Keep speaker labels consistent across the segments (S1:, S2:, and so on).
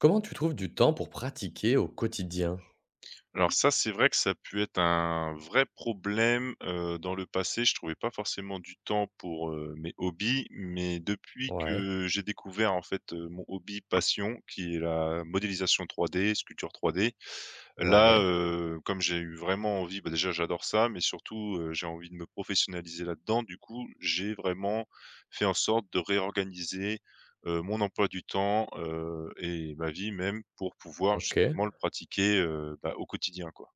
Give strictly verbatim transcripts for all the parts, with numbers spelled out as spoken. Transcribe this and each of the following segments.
S1: Comment tu trouves du temps pour pratiquer au quotidien?
S2: Alors ça, c'est vrai que ça a pu être un vrai problème, heu, dans le passé. Je trouvais pas forcément du temps pour, heu, mes hobbies, mais depuis
S1: Ouais,
S2: que j'ai découvert, en fait, heu, mon hobby passion qui est la modélisation trois D, sculpture trois D. Là,
S1: ouais,
S2: heu, comme j'ai eu vraiment envie, bah, déjà j'adore ça, mais surtout, heu, j'ai envie de me professionnaliser là-dedans. Du coup, j'ai vraiment fait en sorte de réorganiser, heu, mon emploi du temps, heu et ma vie même pour pouvoir
S1: OK.
S2: justement le pratiquer, heu, bah, au quotidien, quoi.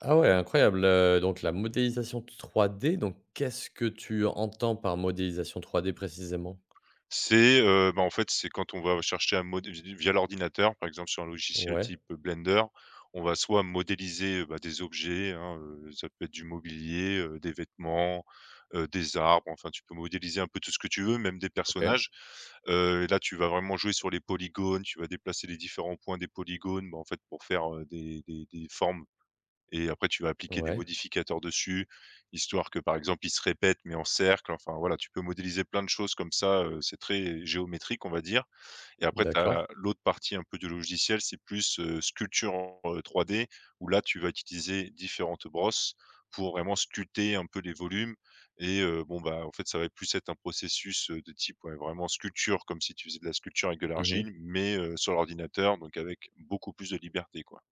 S1: Ah ouais, incroyable, heu, donc la modélisation trois d, donc qu'est-ce que tu entends par modélisation trois d précisément?
S2: C'est, heu, bah, en fait, c'est quand on va chercher à modé via l'ordinateur, par exemple sur un logiciel
S1: Ouais,
S2: type Blender, on va soit modéliser, euh, bah, des objets, hein, heu, ça peut être du mobilier, heu, des vêtements, heu, des arbres, enfin tu peux modéliser un peu tout ce que tu veux, même des
S1: OK,
S2: personnages. Heu, là, tu vas vraiment jouer sur les polygones, tu vas déplacer les différents points des polygones, bah, en fait, pour faire, heu, des des des formes et après tu vas appliquer des
S1: ouais,
S2: modificateurs dessus, histoire que, par exemple, il se répète, mais en cercle. Enfin, voilà, tu peux modéliser plein de choses comme ça, heu, c'est très géométrique, on va dire. Et après tu
S1: d'accord.
S2: as l'autre partie un peu du logiciel, c'est plus, heu, sculpture en trois D où là, tu vas utiliser différentes brosses pour vraiment sculpter un peu les volumes et heu, bon, bah, en fait, ça va plus être un processus, heu, de type, ouais, vraiment sculpture, comme si tu faisais de la sculpture avec de l'argile,
S1: Mmh.
S2: mais heu, sur l'ordinateur, donc avec beaucoup plus de liberté, quoi.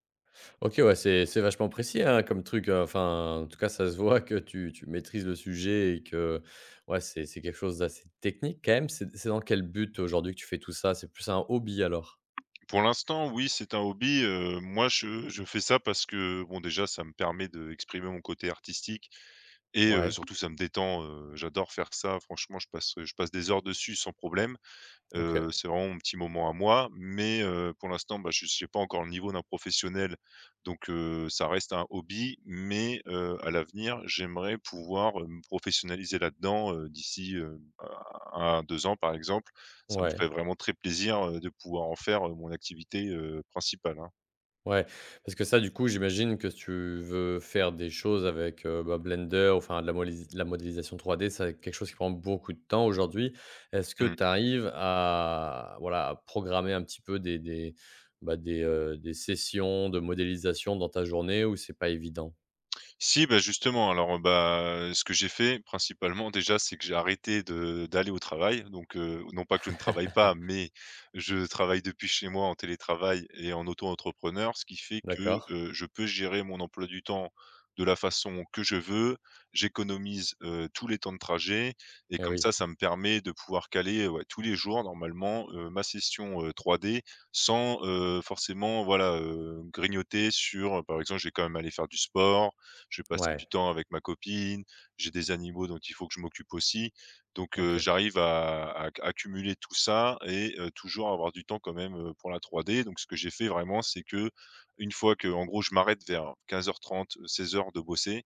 S1: OK, ouais, c'est c'est vachement précis, hein, comme truc, heu, enfin, en tout cas, ça se voit que tu tu maîtrises le sujet et que, ouais, c'est c'est quelque chose d'assez technique quand même. C'est c'est dans quel but aujourd'hui que tu fais tout ça? C'est plus un hobby alors?
S2: Pour l'instant, oui, c'est un hobby, heu, moi je je fais ça parce que, bon, déjà, ça me permet d'exprimer mon côté artistique et heu,
S1: Ouais,
S2: surtout ça me détend, heu, j'adore faire ça, franchement, je passe, je passe des heures dessus sans problème.
S1: OK,
S2: Heu, c'est vraiment mon petit moment à moi, mais heu, pour l'instant, bah, je n'ai pas encore le niveau d'un professionnel, donc heu, ça reste un hobby, mais heu, à l'avenir, j'aimerais pouvoir, heu, me professionnaliser là-dedans, heu, d'ici, heu, à à deux ans, par exemple. Ça me
S1: ouais.
S2: ferait vraiment très plaisir, heu, de pouvoir en faire, heu, mon activité, heu, principale, hein.
S1: Ouais, parce que ça, du coup, j'imagine que si tu veux faire des choses avec, heu, bah, Blender, enfin de la molis la modélisation trois d, c'est quelque chose qui prend beaucoup de temps aujourd'hui. Est-ce que
S2: Mmh.
S1: tu arrives à, voilà, à programmer un petit peu des des, bah, des, heu, des sessions de modélisation dans ta journée ou c'est pas évident?
S2: Si, bah, justement, alors, heu, bah, ce que j'ai fait principalement déjà, c'est que j'ai arrêté de d'aller au travail, donc heu, non pas que je ne travaille pas, mais je travaille depuis chez moi en télétravail et en auto-entrepreneur, ce qui fait que,
S1: D'accord.
S2: heu, je peux gérer mon emploi du temps de la façon que je veux. J'économise, heu, tous les temps de trajet et
S1: Eh
S2: comme
S1: oui.
S2: ça, ça me permet de pouvoir caler, euh, ouais, tous les jours normalement, heu, ma session, heu, trois D sans, heu, forcément, voilà, heu, grignoter sur, par exemple, je vais quand même aller faire du sport, je vais passer
S1: Ouais.
S2: du temps avec ma copine, j'ai des animaux dont il faut que je m'occupe aussi. Donc, heu,
S1: OK.
S2: j'arrive à à c tout ça et heu, toujours avoir du temps quand même, heu, pour la trois D. Donc ce que j'ai fait vraiment, c'est que une fois que, en gros je m'arrête vers quinze heures trente, seize heures de bosser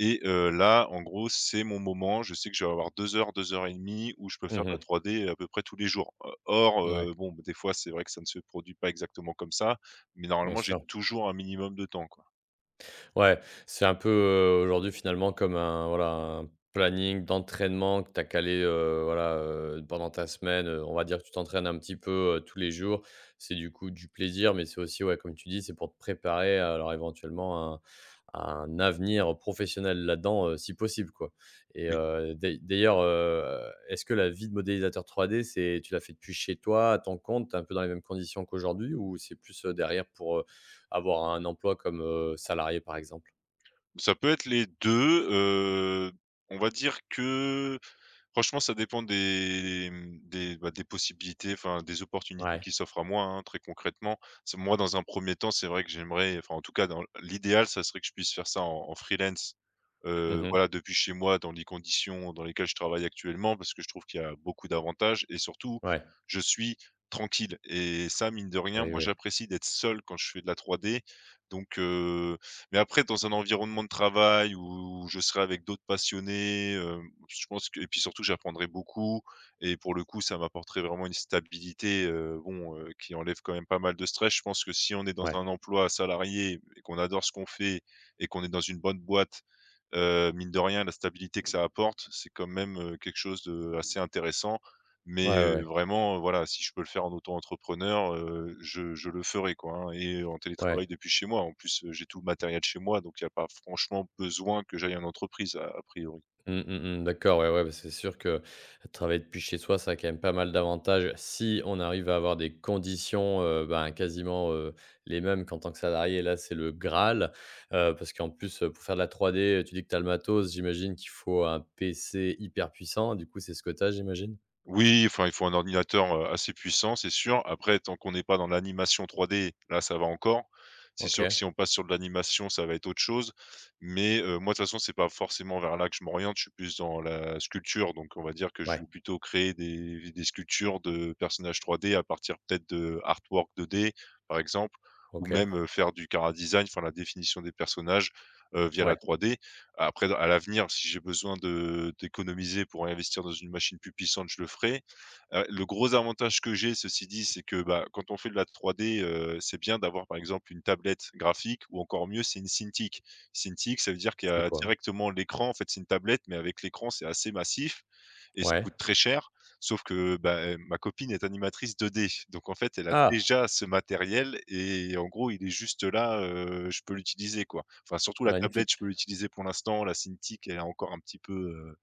S2: et heu, là, en gros, c'est mon moment. Je sais que je vais avoir deux heures, deux heures et demie où je peux faire de la
S1: Mmh.
S2: trois D à peu près tous les jours. Heu, or,
S1: Ouais,
S2: heu, bon, bah, des fois, c'est vrai que ça ne se produit pas exactement comme ça, mais
S1: bien
S2: normalement, j'ai
S1: sûr.
S2: toujours un minimum de temps, quoi.
S1: Ouais, c'est un peu, heu, aujourd'hui finalement comme un, voilà, un planning d'entraînement que tu as calé, heu, voilà, heu, pendant ta semaine, heu, on va dire que tu t'entraînes un petit peu, heu, tous les jours. C'est du coup du plaisir, mais c'est aussi, ouais, comme tu dis, c'est pour te préparer à, alors éventuellement un à un avenir professionnel là-dedans, heu, si possible, quoi. Et
S2: Oui.
S1: heu, d'ai d'ailleurs, heu, est-ce que la vie de modélisateur trois d, c'est tu l'as fait depuis chez toi, à ton compte, t'es un peu dans les mêmes conditions qu'aujourd'hui ou c'est plus, heu, derrière pour, heu, avoir un emploi comme, heu, salarié, par exemple?
S2: Ça peut être les deux. Heu, on va dire que franchement ça dépend des, mmh, des, bah, des possibilités, enfin des opportunités
S1: Ouais.
S2: qui s'offrent à moi, hein, très concrètement. C'est moi dans un premier temps, c'est vrai que j'aimerais, enfin en tout cas dans l'idéal, ça serait que je puisse faire ça en en freelance,
S1: Mmh
S2: heu,
S1: mh.
S2: voilà, depuis chez moi dans les conditions dans lesquelles je travaille actuellement parce que je trouve qu'il y a beaucoup d'avantages et surtout
S1: Ouais.
S2: je suis tranquille et ça mine de rien,
S1: Oui,
S2: moi
S1: oui.
S2: j'apprécie d'être seul quand je fais de la trois D, donc heu mais après, dans un environnement de travail où je serai avec d'autres passionnés, hem, je pense que, et puis surtout j'apprendrai beaucoup et pour le coup, ça m'apporterait vraiment une stabilité, heu, bon, heu, qui enlève quand même pas mal de stress. Je pense que si on est dans
S1: Ouais.
S2: un emploi salarié et qu'on adore ce qu'on fait et qu'on est dans une bonne boîte, heu, mine de rien, la stabilité que ça apporte, c'est quand même, heu, quelque chose de assez intéressant,
S1: Ouais,
S2: mais
S1: ouais,
S2: heu,
S1: ouais.
S2: vraiment, heu, voilà, si je peux le faire en auto-entrepreneur, heu, je je le ferai quoi, hein, et en télétravail
S1: Ouais.
S2: depuis chez moi. En plus, heu, j'ai tout le matériel chez moi, donc il n'y a pas franchement besoin que j'aille en entreprise a a priori.
S1: Mmh, mmh mh. D'accord, ouais, ouais, bah, c'est sûr que travailler depuis chez soi, ça a quand même pas mal d'avantages si on arrive à avoir des conditions, heu, ben, quasiment, heu, les mêmes qu'en tant que salarié. Là, c'est le graal, heu, parce qu'en plus, heu, pour faire de la trois d, tu dis que tu as le matos, j'imagine qu'il faut un P C hyper puissant. Du coup, c'est ce que tu as, j'imagine?
S2: Oui, enfin, il faut un ordinateur, heu, assez puissant, c'est sûr. Après, tant qu'on n'est pas dans l'animation trois D, là, ça va encore. C'est sûr que
S1: OK.
S2: si on passe sur de l'animation, ça va être autre chose. Mais, heu, moi, de toute façon, c'est pas forcément vers là que je m'oriente, je suis plus dans la sculpture. Donc on va dire que je
S1: Ouais.
S2: vais plutôt créer des des sculptures de personnages trois D à partir peut-être de artwork deux D, par exemple, ou
S1: OK.
S2: même, heu, faire du chara-design, enfin la définition des personnages, heu, via la
S1: Ouais.
S2: trois D. Après, dans à l'avenir, si j'ai besoin de d'économiser pour investir dans une machine plus puissante, je le ferai. Heu, le gros avantage que j'ai, ceci dit, c'est que, bah, quand on fait de la trois D, heu, c'est bien d'avoir, par exemple, une tablette graphique ou encore mieux, c'est une Cintiq. Cintiq, ça veut dire qu'il y
S1: C'est
S2: a
S1: quoi?
S2: directement l'écran, en fait, c'est une tablette, mais avec l'écran, c'est assez massif et ça
S1: Ouais.
S2: coûte très cher. Sauf que, bah, heu, ma copine est animatrice deux D, donc en fait, elle a
S1: Ah!
S2: déjà ce matériel et en gros, il est juste là, heu, je peux l'utiliser, quoi. Enfin, surtout la tablette,
S1: Magnifique.
S2: je peux l'utiliser pour l'instant, la Cintiq, elle est encore un petit peu, heu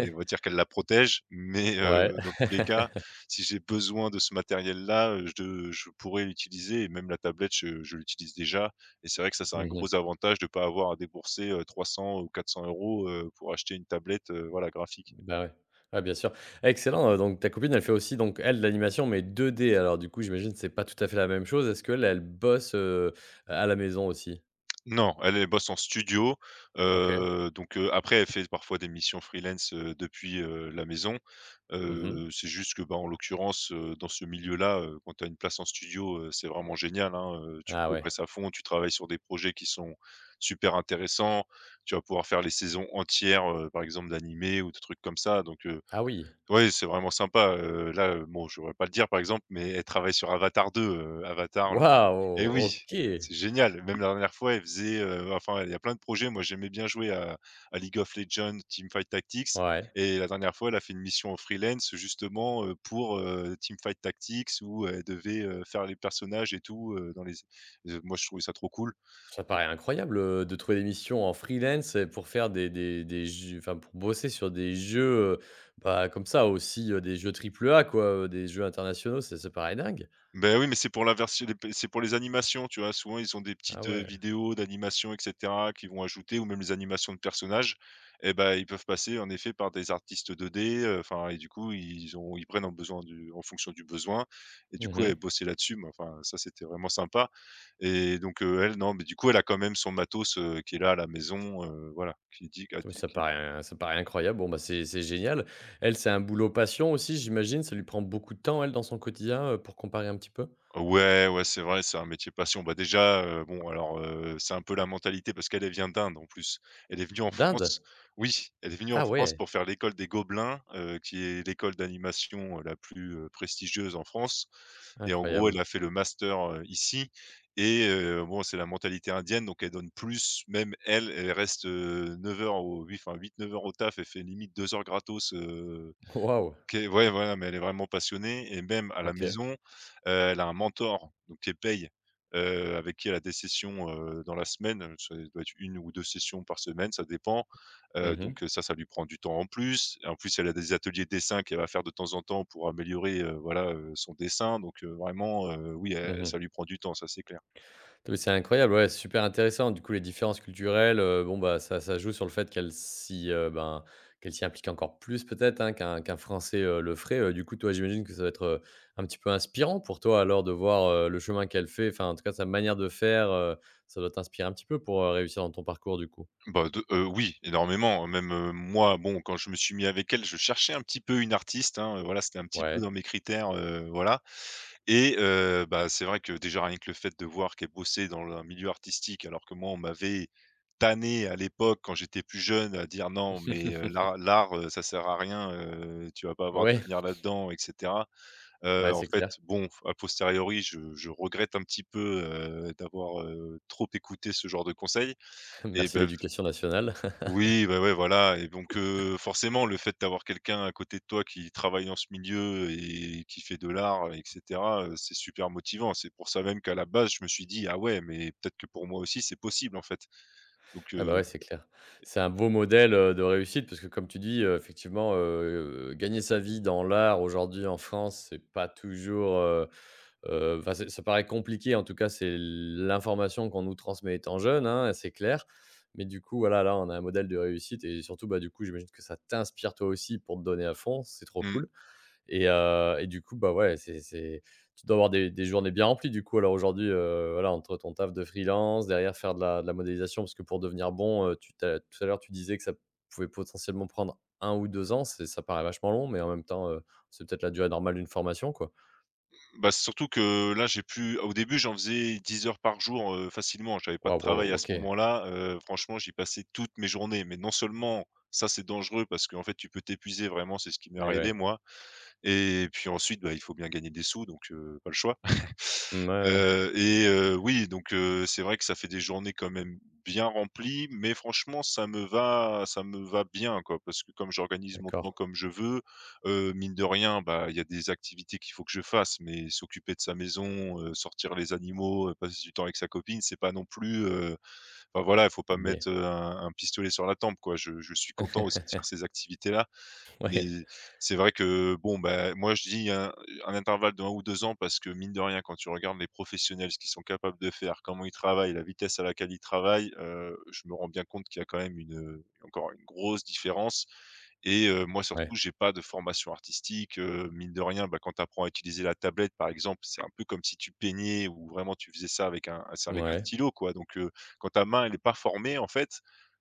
S2: et on va dire qu'elle la protège, mais heu,
S1: Ouais.
S2: dans tous les cas, si j'ai besoin de ce matériel-là, heu, je de je pourrais l'utiliser, et même la tablette, je je l'utilise déjà, et c'est vrai que ça, c'est un
S1: Mmh mh.
S2: gros avantage de ne pas avoir à débourser, heu, trois cents ou quatre cents euros heu, pour acheter une tablette, heu, voilà, graphique.
S1: Bah, ouais. Ouais, bien sûr. Excellent, heu, donc ta copine, elle fait aussi, donc elle de l'animation, mais deux d, alors du coup, j'imagine que c'est pas tout à fait la même chose. Est-ce qu'elle, elle bosse, heu, à la maison aussi?
S2: Non, elle, elle bosse en studio,
S1: OK.
S2: heu, donc heu, après elle fait parfois des missions freelance, heu, depuis, heu, la maison.
S1: Mmh.
S2: Heu, c'est juste que, bah, en l'occurrence, heu, dans ce milieu-là, heu, quand tu as une place en studio, heu, c'est vraiment génial, hein, heu, tu
S1: Ah ouais.
S2: progresses à fond, tu travailles sur des projets qui sont super intéressants. Tu vas pouvoir faire les saisons entières, heu, par exemple d'animés ou de trucs comme ça, donc heu,
S1: Ah oui.
S2: ouais, c'est vraiment sympa, heu, là, heu, bon, je saurais pas le dire, par exemple, mais elle travaille sur Avatar deux, heu, Avatar Et
S1: Waouh!
S2: oui,
S1: OK.
S2: c'est génial. Même la dernière fois, elle faisait, heu, enfin, il y a plein de projets. Moi, j'aimais bien jouer à à League of Legends, Teamfight Tactics,
S1: Ouais.
S2: et la dernière fois, elle a fait une mission en freelance justement, heu, pour, heu, Teamfight Tactics où elle devait, heu, faire les personnages et tout, heu, dans les Euh, moi, je trouvais ça trop cool.
S1: Ça paraît incroyable, heu, de trouver des missions en freelance et pour faire des des des jeux, enfin pour bosser sur des jeux, heu, bah, comme ça aussi, heu, des jeux triple A, quoi, heu, des jeux internationaux, ça ça paraît dingue.
S2: Ben oui, mais c'est pour la version les c'est pour les animations, tu vois? Souvent, ils ont des
S1: Ah
S2: petites, heu,
S1: ouais.
S2: vidéos d'animation et cetera qu'ils vont ajouter ou même les animations de personnages, et ben ils peuvent passer en effet par des artistes deux D, heu, enfin, et du coup, ils ont ils prennent en besoin du en fonction du besoin, et du coup, elle
S1: Mmh.
S2: bossait là-dessus, mais enfin, ça, c'était vraiment sympa et donc, heu, elle, non, mais du coup, elle a quand même son matos, heu, qui est là à la maison, heu, voilà, qui dit qu'a.
S1: Oui, ça paraît, hein, ça paraît incroyable. Bon, bah, c'est c'est génial. Elle, c'est un boulot passion aussi, j'imagine. Ça lui prend beaucoup de temps, elle, dans son quotidien, euh, pour comparer un petit peu.
S2: Ouais, ouais, c'est vrai, c'est un métier passion. Bah, déjà, heu, bon alors, heu, c'est un peu la mentalité parce qu'elle, elle vient d'Inde en plus. Elle est venue en
S1: D'Inde?
S2: France, oui, elle est venue en
S1: Ah
S2: France
S1: ouais,
S2: pour faire l'école des Gobelins, heu, qui est l'école d'animation, heu, la plus, heu, prestigieuse en France, et en gros, elle
S1: incroyable.
S2: a fait le master, heu, ici et heu, bon, c'est la mentalité indienne, donc elle donne plus. Même elle, elle reste, heu, heures au huit, enfin huit à neuf heures au taf, elle fait limite deux heures gratos, heu
S1: Waouh,
S2: OK, ouais, voilà, mais elle est vraiment passionnée et même à la
S1: ok.
S2: maison, heu, elle a un mentor donc qui paye, heu, avec qui elle a des sessions, heu, dans la semaine, heu, ça doit être une ou deux sessions par semaine, ça dépend, heu,
S1: Mhm,
S2: donc heu, ça, ça lui prend du temps en plus et en plus, elle a des ateliers de dessin qu'elle va faire de temps en temps pour améliorer, heu, voilà, heu, son dessin donc heu, vraiment, heu, oui, elle ça
S1: mhm.
S2: lui prend du temps, ça c'est clair.
S1: Oui, c'est incroyable, ouais, c'est super intéressant. Du coup, les différences culturelles, heu, bon, bah, ça ça joue sur le fait qu'elle s'y, heu, ben, qu'elle s'y implique encore plus peut-être, hein, qu'un qu'un Français, heu, le ferait. Heu, du coup, toi, j'imagine que ça va être, heu, un petit peu inspirant pour toi alors de voir, heu, le chemin qu'elle fait, enfin, en tout cas, sa manière de faire, heu, ça doit t'inspirer un petit peu pour, heu, réussir dans ton parcours du coup?
S2: Bah, de heu, oui, énormément, même, heu, moi, bon, quand je me suis mis avec elle, je cherchais un petit peu une artiste, hein, voilà, c'était un petit peu
S1: Ouais.
S2: dans mes critères, heu, voilà et heu, bah, c'est vrai que déjà rien que le fait de voir qu'elle bossait dans un milieu artistique alors que moi on m'avait tanné à l'époque quand j'étais plus jeune à dire: «Non mais, heu, l'art l'art, heu, ça sert à rien, heu, tu vas pas avoir
S1: Ouais,
S2: d'avenir là-dedans» et cetera. Heu,
S1: ouais,
S2: en
S1: c'est clair.
S2: fait, bon, a posteriori, je je regrette un petit peu, heu, d'avoir, heu, trop écouté ce genre de conseils et
S1: Merci
S2: ben,
S1: l'éducation nationale.
S2: oui, bah, ouais, voilà et donc heu, forcément, le fait d'avoir quelqu'un à côté de toi qui travaille dans ce milieu et qui fait de l'art et cetera, heu, c'est super motivant. C'est pour ça même qu'à la base, je me suis dit: «Ah ouais, mais peut-être que pour moi aussi, c'est possible, en fait». Donc heu,
S1: Ah bah, ouais, c'est clair. C'est un beau modèle, heu, de réussite parce que comme tu dis, heu, effectivement, heu, gagner sa vie dans l'art aujourd'hui en France, c'est pas toujours, heu heu, enfin, c'est ça paraît compliqué. En tout cas, c'est l'information qu'on nous transmet étant jeune, hein, c'est clair. Mais du coup, voilà, là, on a un modèle de réussite et surtout, bah, du coup, j'imagine que ça t'inspire toi aussi pour te donner à fond, c'est trop
S2: mmh,
S1: cool. Et heu et du coup, bah, ouais, c'est c'est tu dois avoir des des journées bien remplies du coup, alors aujourd'hui, heu, voilà, entre ton taf de freelance, derrière faire de la de la modélisation parce que pour devenir bon, heu, tu tu tout à l'heure, tu disais que ça pouvait potentiellement prendre un ou deux ans, c'est ça paraît vachement long, mais en même temps, heu, c'est peut-être la durée normale d'une formation, quoi?
S2: bah, c'est surtout que là, j'ai pu au début, j'en faisais dix heures par jour, heu, facilement. J'avais pas de
S1: Waouh,
S2: travail
S1: waouh,
S2: à ce
S1: OK.
S2: moment-là, heu, franchement, j'y passais toutes mes journées mais non seulement ça, c'est dangereux parce qu'en fait, tu peux t'épuiser vraiment, c'est ce qui m'est
S1: Ouais,
S2: arrivé
S1: ouais.
S2: moi. Et puis ensuite, bah, il faut bien gagner des sous, donc heu, pas le choix.
S1: Mmh, ouais, ouais,
S2: Heu et heu, oui, donc heu, c'est vrai que ça fait des journées quand même bien remplies, mais franchement, ça me va ça me va bien, quoi, parce que comme j'organise mon temps
S1: d'accord.
S2: comme je veux, heu, mine de rien, bah, il y a des activités qu'il faut que je fasse, mais s'occuper de sa maison, heu, sortir les animaux, heu, passer du temps avec sa copine, c'est pas non plus, heu, enfin voilà, il faut pas
S1: Mais
S2: mettre, heu, un un pistolet sur la tempe, quoi. Je je suis content aussi de faire ces activités-là mais
S1: ouais,
S2: c'est vrai que, bon, bah, moi, je dis un un intervalle d'un ou deux ans parce que mine de rien, quand tu regardes les professionnels, ce qu'ils sont capables de faire, comment ils travaillent, la vitesse à laquelle ils travaillent, heu, je me rends bien compte qu'il y a quand même une, encore une grosse différence et heu, moi,
S1: ouais,
S2: surtout, j'ai pas de formation artistique, heu, mine de rien, bah, quand tu apprends à utiliser la tablette, par exemple, c'est un peu comme si tu peignais ou vraiment tu faisais ça avec un c'est avec un
S1: ouais,
S2: stylo, quoi donc heu, quand ta main, elle est pas formée, en fait,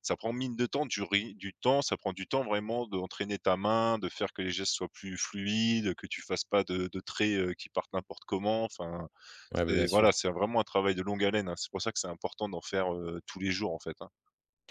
S2: ça prend mine de temps, du ri du temps, ça prend du temps vraiment d'entraîner ta main, de faire que les gestes soient plus fluides, que tu fasses pas de de traits, heu, qui partent n'importe comment. Enfin,
S1: ouais, bah,
S2: c'est
S1: bien
S2: voilà,
S1: sûr.
S2: c'est vraiment un travail de longue haleine, hein. C'est pour ça que c'est important d'en faire, heu, tous les jours, en fait, hein.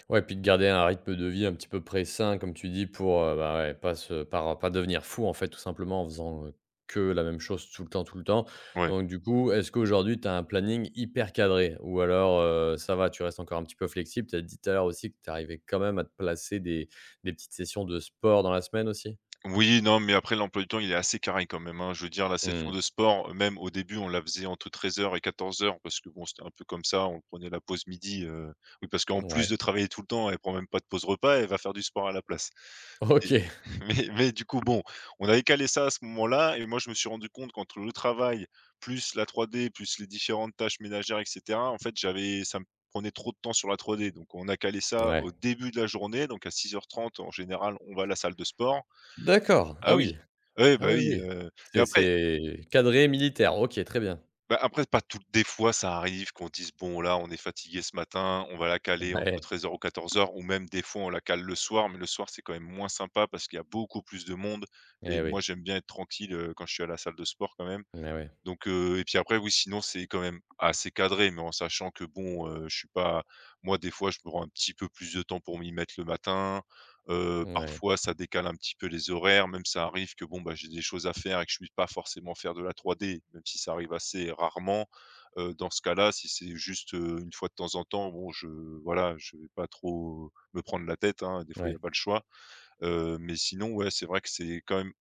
S1: Ouais, puis de garder un rythme de vie un petit peu près sain, comme tu dis, pour, heu, bah, ouais, pas se par pas devenir fou, en fait, tout simplement, en faisant, heu, que la même chose tout le temps, tout le temps.
S2: Ouais.
S1: Donc du coup, est-ce qu'aujourd'hui, tu as un planning hyper cadré? Ou alors, heu, ça va, tu restes encore un petit peu flexible? Tu as dit tout à l'heure aussi que tu arrivais quand même à te placer des des petites sessions de sport dans la semaine aussi?
S2: Oui, non, mais après l'emploi du temps, il est assez carré quand même, hein. Je veux dire la session
S1: Mmh.
S2: de sport, heu, même au début, on la faisait entre treize heures et quatorze heures, parce que bon, c'était un peu comme ça, on prenait la pause midi, heu, oui, parce qu'en plus
S1: Ouais.
S2: de travailler tout le temps, elle prend même pas de pause repas, elle va faire du sport à la place. Et
S1: OK.
S2: mais mais du coup, bon, on avait calé ça à ce moment-là et moi, je me suis rendu compte qu'entre le travail, plus la trois D, plus les différentes tâches ménagères et cetera, en fait, j'avais ça me prenait trop de temps sur la trois D. Donc on a calé ça au
S1: Ouais.
S2: début de la journée, donc à six heures trente en général, on va à la salle de sport.
S1: D'accord.
S2: Ah
S1: Ah
S2: oui,
S1: oui.
S2: oui, bah,
S1: Ah oui,
S2: oui,
S1: oui.
S2: heu, mais
S1: C'est
S2: après
S1: c'est cadré militaire. OK, très bien.
S2: bah, après pas tout, des fois ça arrive qu'on dise: «Bon là, on est fatigué ce matin, on va la caler entre
S1: Ouais.
S2: treize heures ou quatorze heures, ou même des fois on la cale le soir, mais le soir c'est quand même moins sympa parce qu'il y a beaucoup plus de monde et
S1: Eh
S2: moi
S1: oui.
S2: j'aime bien être tranquille, heu, quand je suis à la salle de sport quand même.
S1: Mais ouais.
S2: Donc heu et puis après, oui, sinon, c'est quand même assez cadré, mais en sachant que bon, heu, je suis pas moi, des fois, je me prends un petit peu plus de temps pour m'y mettre le matin. Heu,
S1: Ouais.
S2: parfois, ça décale un petit peu les horaires. Même, ça arrive que bon, bah, j'ai des choses à faire et que je ne puisse pas forcément faire de la trois D, même si ça arrive assez rarement. Heu, dans ce cas-là, si c'est juste, heu, une fois de temps en temps, bon, je voilà, je vais pas trop me prendre la tête, hein. Des fois, il n'y a
S1: Ouais.
S2: pas le choix. Heu, mais sinon, ouais, c'est vrai que c'est quand même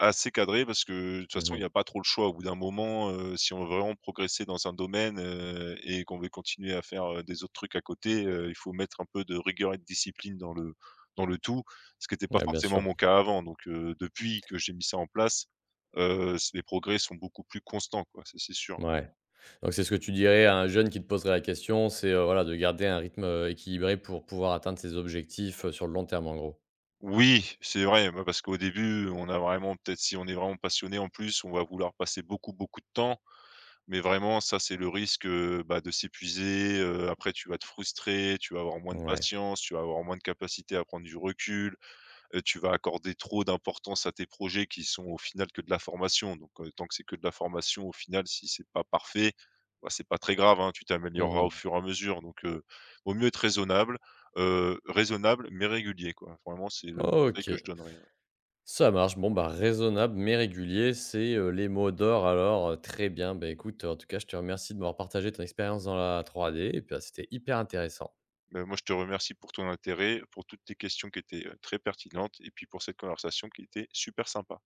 S2: assez cadré parce que, de toute façon, il
S1: Mmh.
S2: n'y a pas trop le choix. Au bout d'un moment, heu, si on veut vraiment progresser dans un domaine, heu et qu'on veut continuer à faire, heu, des autres trucs à côté, heu, il faut mettre un peu de rigueur et de discipline dans le dans le tout, ce qui n'était pas
S1: Ouais, bien
S2: forcément
S1: sûr.
S2: mon cas avant. Donc heu, depuis que j'ai mis ça en place, heu, c les progrès sont beaucoup plus constants, quoi, ça, c'est sûr.
S1: Ouais. Donc c'est ce que tu dirais à un jeune qui te poserait la question, c'est, heu, voilà, de garder un rythme, heu, équilibré pour pouvoir atteindre ses objectifs, heu, sur le long terme, en gros?
S2: Oui, c'est vrai, bah, parce qu'au début, on a vraiment peut-être si on est vraiment passionné en plus, on va vouloir passer beaucoup, beaucoup de temps. Mais vraiment, ça, c'est le risque, heu, bah, de s'épuiser, heu, après tu vas te frustrer, tu vas avoir moins de
S1: Ouais.
S2: patience, tu vas avoir moins de capacité à prendre du recul, heu, tu vas accorder trop d'importance à tes projets qui sont au final que de la formation. Donc, heu, tant que c'est que de la formation, au final, si c'est pas parfait, bah, c'est pas très grave, hein, tu t'amélioreras au
S1: Mmh.
S2: fur et à mesure. Donc, heu, vaut mieux être raisonnable, heu, raisonnable mais régulier, quoi. Vraiment, c'est le conseil que
S1: OK,
S2: je donnerais, ouais.
S1: ça marche. Bon, bah, raisonnable mais régulier, c'est, heu, les mots d'or alors, heu, très bien. Bah, écoute, en tout cas, je te remercie de m'avoir partagé ton expérience dans la trois d, et puis, bah, c'était hyper intéressant.
S2: Ben, moi, je te remercie pour ton intérêt, pour toutes tes questions qui étaient, heu, très pertinentes et puis pour cette conversation qui était super sympa.